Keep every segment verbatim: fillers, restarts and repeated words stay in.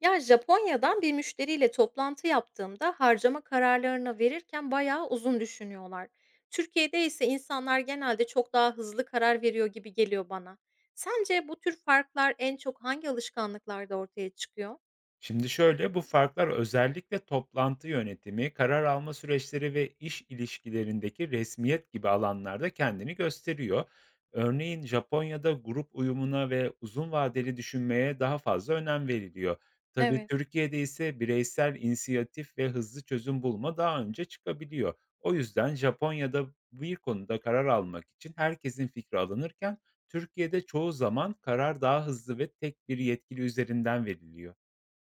Ya, Japonya'dan bir müşteriyle toplantı yaptığımda harcama kararlarını verirken bayağı uzun düşünüyorlar. Türkiye'de ise insanlar genelde çok daha hızlı karar veriyor gibi geliyor bana. Sence bu tür farklar en çok hangi alışkanlıklarda ortaya çıkıyor? Şimdi şöyle, bu farklar özellikle toplantı yönetimi, karar alma süreçleri ve iş ilişkilerindeki resmiyet gibi alanlarda kendini gösteriyor. Örneğin Japonya'da grup uyumuna ve uzun vadeli düşünmeye daha fazla önem veriliyor. Tabii Evet, Türkiye'de ise bireysel inisiyatif ve hızlı çözüm bulma daha önce çıkabiliyor. O yüzden Japonya'da bir konuda karar almak için herkesin fikri alınırken Türkiye'de çoğu zaman karar daha hızlı ve tek bir yetkili üzerinden veriliyor.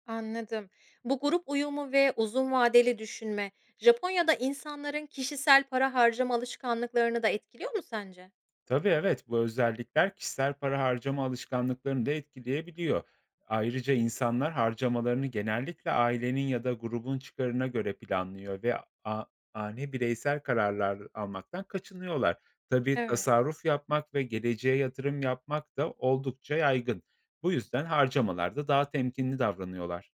anladım. Bu grup uyumu ve uzun vadeli düşünme, Japonya'da insanların kişisel para harcama alışkanlıklarını da etkiliyor mu sence? Tabii, evet, bu özellikler kişisel para harcama alışkanlıklarını da etkileyebiliyor. Ayrıca insanlar harcamalarını genellikle ailenin ya da grubun çıkarına göre planlıyor ve a ani bireysel kararlar almaktan kaçınıyorlar. Tabii Evet. tasarruf yapmak ve geleceğe yatırım yapmak da oldukça yaygın. Bu yüzden harcamalarda daha temkinli davranıyorlar.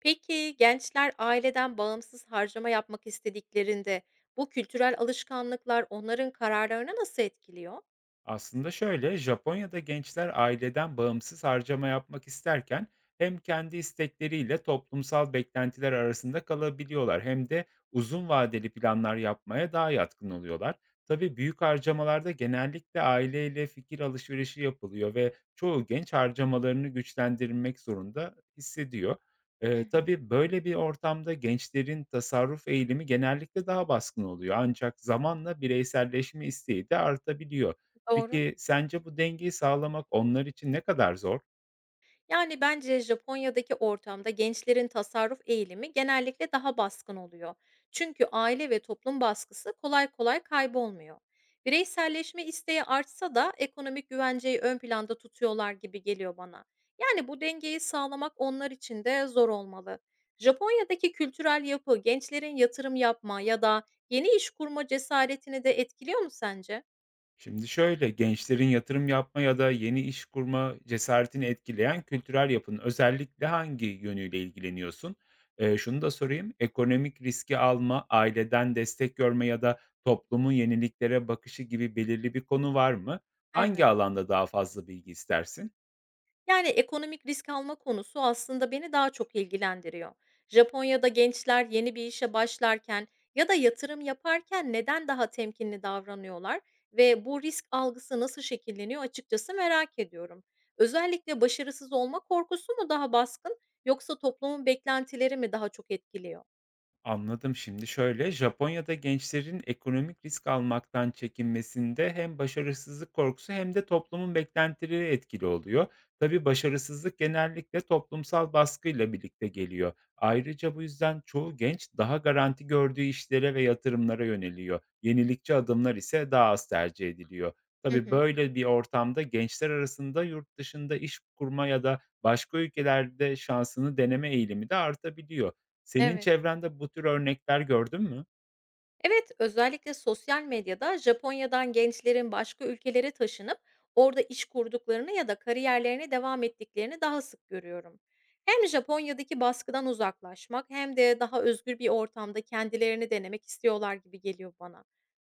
Peki gençler aileden bağımsız harcama yapmak istediklerinde bu kültürel alışkanlıklar onların kararlarını nasıl etkiliyor? Aslında şöyle, Japonya'da gençler aileden bağımsız harcama yapmak isterken hem kendi istekleriyle toplumsal beklentiler arasında kalabiliyorlar hem de uzun vadeli planlar yapmaya daha yatkın oluyorlar. Tabii büyük harcamalarda genellikle aileyle fikir alışverişi yapılıyor ve çoğu genç harcamalarını güçlendirmek zorunda hissediyor. Hı Ee, hı. tabii böyle bir ortamda gençlerin tasarruf eğilimi genellikle daha baskın oluyor. Ancak zamanla bireyselleşme isteği de artabiliyor. Doğru. Peki, sence bu dengeyi sağlamak onlar için ne kadar zor? Yani bence Japonya'daki ortamda gençlerin tasarruf eğilimi genellikle daha baskın oluyor. Çünkü aile ve toplum baskısı kolay kolay kaybolmuyor. Bireyselleşme isteği artsa da ekonomik güvenceyi ön planda tutuyorlar gibi geliyor bana. Yani bu dengeyi sağlamak onlar için de zor olmalı. Japonya'daki kültürel yapı gençlerin yatırım yapma ya da yeni iş kurma cesaretini de etkiliyor mu sence? Şimdi şöyle, gençlerin yatırım yapma ya da yeni iş kurma cesaretini etkileyen kültürel yapının özellikle hangi yönüyle ilgileniyorsun? Eee, şunu da sorayım, ekonomik riski alma, aileden destek görme ya da toplumun yeniliklere bakışı gibi belirli bir konu var mı? Hangi Evet. alanda daha fazla bilgi istersin? Yani, ekonomik risk alma konusu aslında beni daha çok ilgilendiriyor. Japonya'da gençler yeni bir işe başlarken ya da yatırım yaparken neden daha temkinli davranıyorlar ve bu risk algısı nasıl şekilleniyor açıkçası merak ediyorum. Özellikle başarısız olma korkusu mu daha baskın yoksa toplumun beklentileri mi daha çok etkiliyor? Anladım. Şimdi şöyle, Japonya'da gençlerin ekonomik risk almaktan çekinmesinde hem başarısızlık korkusu hem de toplumun beklentileri etkili oluyor. Tabii başarısızlık genellikle toplumsal baskıyla birlikte geliyor. Ayrıca bu yüzden çoğu genç daha garanti gördüğü işlere ve yatırımlara yöneliyor. Yenilikçi adımlar ise daha az tercih ediliyor. Hı Tabii hı. böyle bir ortamda gençler arasında yurt dışında iş kurma ya da başka ülkelerde şansını deneme eğilimi de artabiliyor. Senin Evet. çevrende bu tür örnekler gördün mü? Evet, özellikle sosyal medyada Japonya'dan gençlerin başka ülkelere taşınıp orada iş kurduklarını ya da kariyerlerine devam ettiklerini daha sık görüyorum. Hem Japonya'daki baskıdan uzaklaşmak hem de daha özgür bir ortamda kendilerini denemek istiyorlar gibi geliyor bana.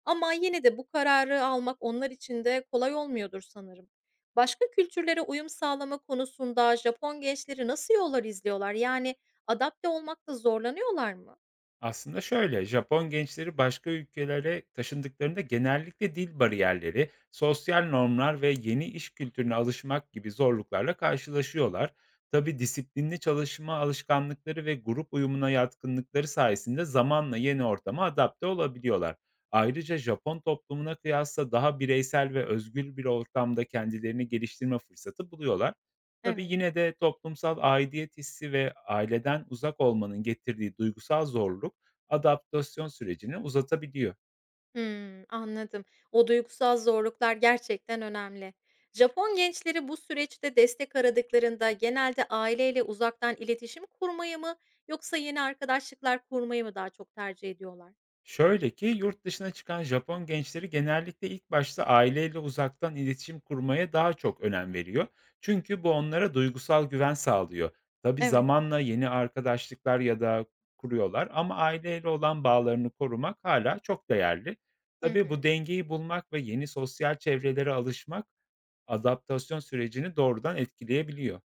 Ama yine de bu kararı almak onlar için de kolay olmuyordur sanırım. Başka kültürlere uyum sağlama konusunda Japon gençleri nasıl yollar izliyorlar? Yani adapte olmakta zorlanıyorlar mı? Aslında şöyle, Japon gençleri başka ülkelere taşındıklarında genellikle dil bariyerleri, sosyal normlar ve yeni iş kültürüne alışmak gibi zorluklarla karşılaşıyorlar. Tabi disiplinli çalışma alışkanlıkları ve grup uyumuna yatkınlıkları sayesinde zamanla yeni ortama adapte olabiliyorlar. Ayrıca Japon toplumuna kıyasla daha bireysel ve özgür bir ortamda kendilerini geliştirme fırsatı buluyorlar. Tabii Evet. yine de toplumsal aidiyet hissi ve aileden uzak olmanın getirdiği duygusal zorluk adaptasyon sürecini uzatabiliyor. Hımm, anladım. O duygusal zorluklar gerçekten önemli. Japon gençleri bu süreçte destek aradıklarında genelde aileyle uzaktan iletişim kurmayı mı yoksa yeni arkadaşlıklar kurmayı mı daha çok tercih ediyorlar? Şöyle ki yurt dışına çıkan Japon gençleri genellikle ilk başta aileyle uzaktan iletişim kurmaya daha çok önem veriyor. Çünkü bu onlara duygusal güven sağlıyor. Tabi Evet. zamanla yeni arkadaşlıklar ya da kuruyorlar, ama aileyle olan bağlarını korumak hala çok değerli. Hı Tabi bu hı. dengeyi bulmak ve yeni sosyal çevrelere alışmak adaptasyon sürecini doğrudan etkileyebiliyor.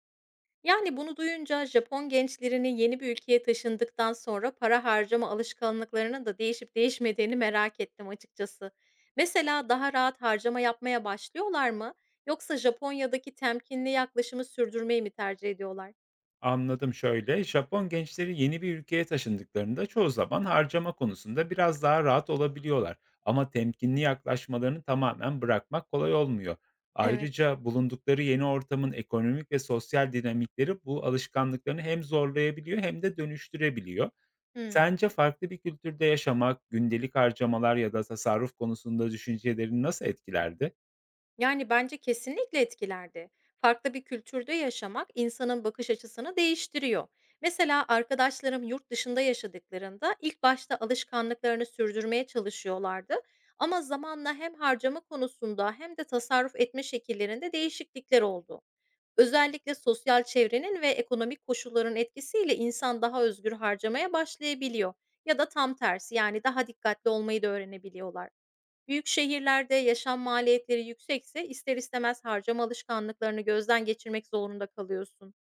Yani bunu duyunca Japon gençlerinin yeni bir ülkeye taşındıktan sonra para harcama alışkanlıklarının da değişip değişmediğini merak ettim açıkçası. Mesela daha rahat harcama yapmaya başlıyorlar mı? Yoksa Japonya'daki temkinli yaklaşımı sürdürmeyi mi tercih ediyorlar? Anladım. Şöyle, Japon gençleri yeni bir ülkeye taşındıklarında çoğu zaman harcama konusunda biraz daha rahat olabiliyorlar. Ama temkinli yaklaşmalarını tamamen bırakmak kolay olmuyor. Evet. Ayrıca bulundukları yeni ortamın ekonomik ve sosyal dinamikleri bu alışkanlıklarını hem zorlayabiliyor hem de dönüştürebiliyor. Hmm. Sence farklı bir kültürde yaşamak, gündelik harcamalar ya da tasarruf konusunda düşüncelerini nasıl etkilerdi? Yani bence kesinlikle etkilerdi. Farklı bir kültürde yaşamak insanın bakış açısını değiştiriyor. Mesela arkadaşlarım yurt dışında yaşadıklarında ilk başta alışkanlıklarını sürdürmeye çalışıyorlardı. Ama zamanla hem harcama konusunda hem de tasarruf etme şekillerinde değişiklikler oldu. Özellikle sosyal çevrenin ve ekonomik koşulların etkisiyle insan daha özgür harcamaya başlayabiliyor ya da tam tersi, yani daha dikkatli olmayı da öğrenebiliyorlar. Büyük şehirlerde yaşam maliyetleri yüksekse ister istemez harcama alışkanlıklarını gözden geçirmek zorunda kalıyorsun.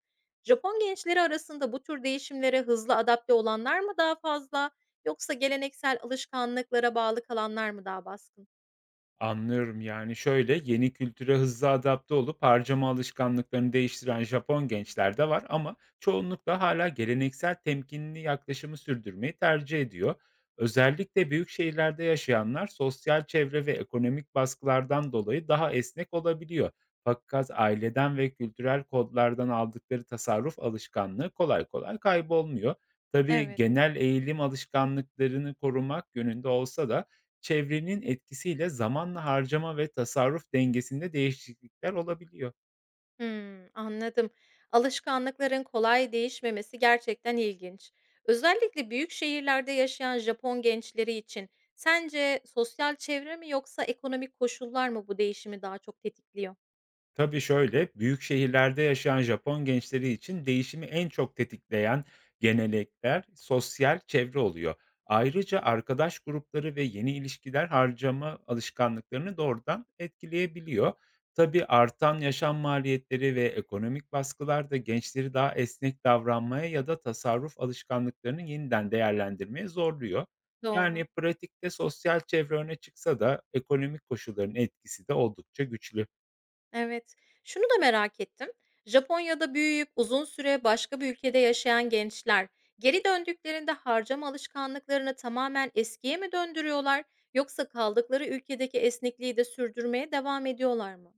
Japon gençleri arasında bu tür değişimlere hızlı adapte olanlar mı daha fazla yoksa geleneksel alışkanlıklara bağlı kalanlar mı daha baskın? Anlıyorum. Yani şöyle, yeni kültüre hızlı adapte olup harcama alışkanlıklarını değiştiren Japon gençler de var, ama çoğunlukla hala geleneksel temkinli yaklaşımı sürdürmeyi tercih ediyor. Özellikle büyük şehirlerde yaşayanlar sosyal çevre ve ekonomik baskılardan dolayı daha esnek olabiliyor. Fakat aileden ve kültürel kodlardan aldıkları tasarruf alışkanlığı kolay kolay kaybolmuyor. Tabii Evet. genel eğilim alışkanlıklarını korumak yönünde olsa da çevrenin etkisiyle zamanla harcama ve tasarruf dengesinde değişiklikler olabiliyor. Hımm, anladım. Alışkanlıkların kolay değişmemesi gerçekten ilginç. Özellikle büyük şehirlerde yaşayan Japon gençleri için sence sosyal çevre mi yoksa ekonomik koşullar mı bu değişimi daha çok tetikliyor? Tabii şöyle, büyük şehirlerde yaşayan Japon gençleri için değişimi en çok tetikleyen gelenekler sosyal çevre oluyor. Ayrıca arkadaş grupları ve yeni ilişkiler harcama alışkanlıklarını doğrudan etkileyebiliyor. Tabii artan yaşam maliyetleri ve ekonomik baskılar da gençleri daha esnek davranmaya ya da tasarruf alışkanlıklarını yeniden değerlendirmeye zorluyor. Yani Doğru. pratikte sosyal çevre öne çıksa da ekonomik koşulların etkisi de oldukça güçlü. Evet. Şunu da merak ettim. Japonya'da büyüyüp uzun süre başka bir ülkede yaşayan gençler geri döndüklerinde harcama alışkanlıklarını tamamen eskiye mi döndürüyorlar yoksa kaldıkları ülkedeki esnekliği de sürdürmeye devam ediyorlar mı?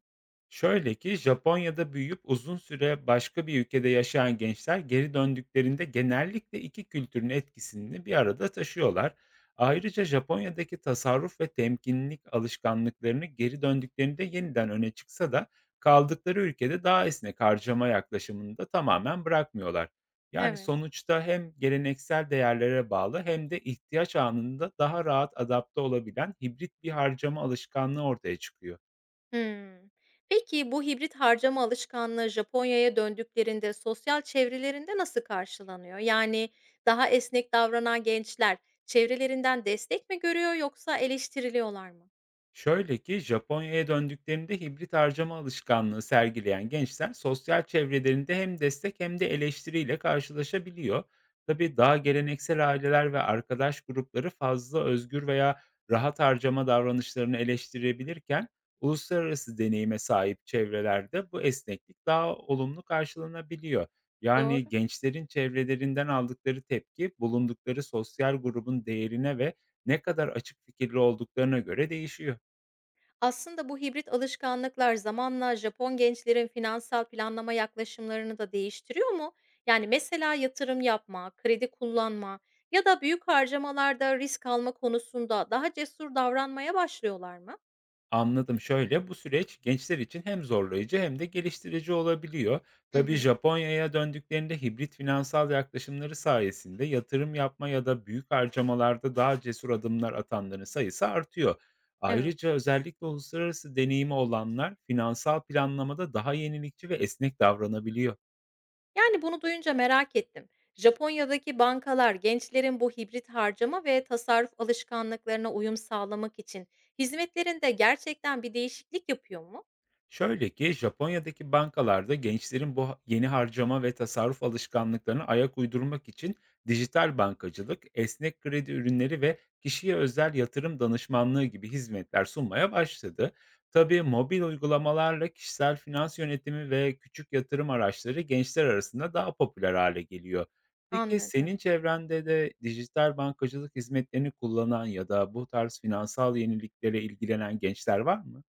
Şöyle ki Japonya'da büyüyüp uzun süre başka bir ülkede yaşayan gençler geri döndüklerinde genellikle iki kültürün etkisini bir arada taşıyorlar. Ayrıca Japonya'daki tasarruf ve temkinlilik alışkanlıklarını geri döndüklerinde yeniden öne çıksa da kaldıkları ülkede daha esnek harcama yaklaşımını da tamamen bırakmıyorlar. Yani Evet. sonuçta hem geleneksel değerlere bağlı hem de ihtiyaç anında daha rahat adapte olabilen hibrit bir harcama alışkanlığı ortaya çıkıyor. Hımm. Peki bu hibrit harcama alışkanlığı Japonya'ya döndüklerinde sosyal çevrelerinde nasıl karşılanıyor? Yani daha esnek davranan gençler çevrelerinden destek mi görüyor yoksa eleştiriliyorlar mı? Şöyle ki Japonya'ya döndüklerinde hibrit harcama alışkanlığı sergileyen gençler sosyal çevrelerinde hem destek hem de eleştiriyle karşılaşabiliyor. Tabii daha geleneksel aileler ve arkadaş grupları fazla özgür veya rahat harcama davranışlarını eleştirebilirken, uluslararası deneyime sahip çevrelerde bu esneklik daha olumlu karşılanabiliyor. Doğru. Yani gençlerin çevrelerinden aldıkları tepki bulundukları sosyal grubun değerine ve ne kadar açık fikirli olduklarına göre değişiyor. Aslında bu hibrit alışkanlıklar zamanla Japon gençlerin finansal planlama yaklaşımlarını da değiştiriyor mu? Yani mesela yatırım yapma, kredi kullanma ya da büyük harcamalarda risk alma konusunda daha cesur davranmaya başlıyorlar mı? Anladım. Şöyle, bu süreç gençler için hem zorlayıcı hem de geliştirici olabiliyor. Hı Tabii hı, Japonya'ya döndüklerinde hibrit finansal yaklaşımları sayesinde yatırım yapma ya da büyük harcamalarda daha cesur adımlar atanların sayısı artıyor. evet. Ayrıca özellikle uluslararası deneyimi olanlar finansal planlamada daha yenilikçi ve esnek davranabiliyor. Yani bunu duyunca merak ettim. Japonya'daki bankalar gençlerin bu hibrit harcama ve tasarruf alışkanlıklarına uyum sağlamak için hizmetlerinde gerçekten bir değişiklik yapıyor mu? Şöyle ki Japonya'daki bankalarda gençlerin bu ha- yeni harcama ve tasarruf alışkanlıklarına ayak uydurmak için dijital bankacılık, esnek kredi ürünleri ve kişiye özel yatırım danışmanlığı gibi hizmetler sunmaya başladı. Tabii mobil uygulamalarla kişisel finans yönetimi ve küçük yatırım araçları gençler arasında daha popüler hale geliyor. Peki Anladım. senin çevrende de dijital bankacılık hizmetlerini kullanan ya da bu tarz finansal yeniliklere ilgilenen gençler var mı?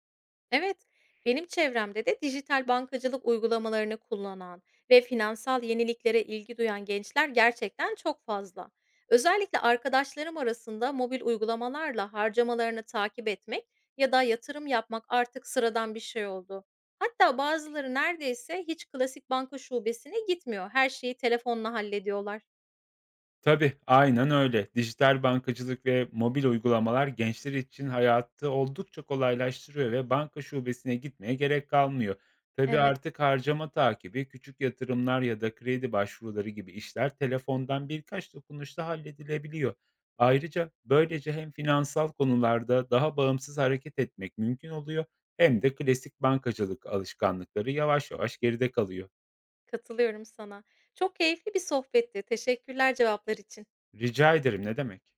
Evet, benim çevremde de dijital bankacılık uygulamalarını kullanan ve finansal yeniliklere ilgi duyan gençler gerçekten çok fazla. Özellikle arkadaşlarım arasında mobil uygulamalarla harcamalarını takip etmek ya da yatırım yapmak artık sıradan bir şey oldu. Hatta bazıları neredeyse hiç klasik banka şubesine gitmiyor. Her şeyi telefonla hallediyorlar. Tabii, aynen öyle. Dijital bankacılık ve mobil uygulamalar gençler için hayatı oldukça kolaylaştırıyor ve banka şubesine gitmeye gerek kalmıyor. Tabii Evet, artık harcama takibi, küçük yatırımlar ya da kredi başvuruları gibi işler telefondan birkaç dokunuşla halledilebiliyor. Ayrıca böylece hem finansal konularda daha bağımsız hareket etmek mümkün oluyor, hem de klasik bankacılık alışkanlıkları yavaş yavaş geride kalıyor. katılıyorum sana. Çok keyifli bir sohbetti. Teşekkürler cevaplar için. Rica ederim, ne demek?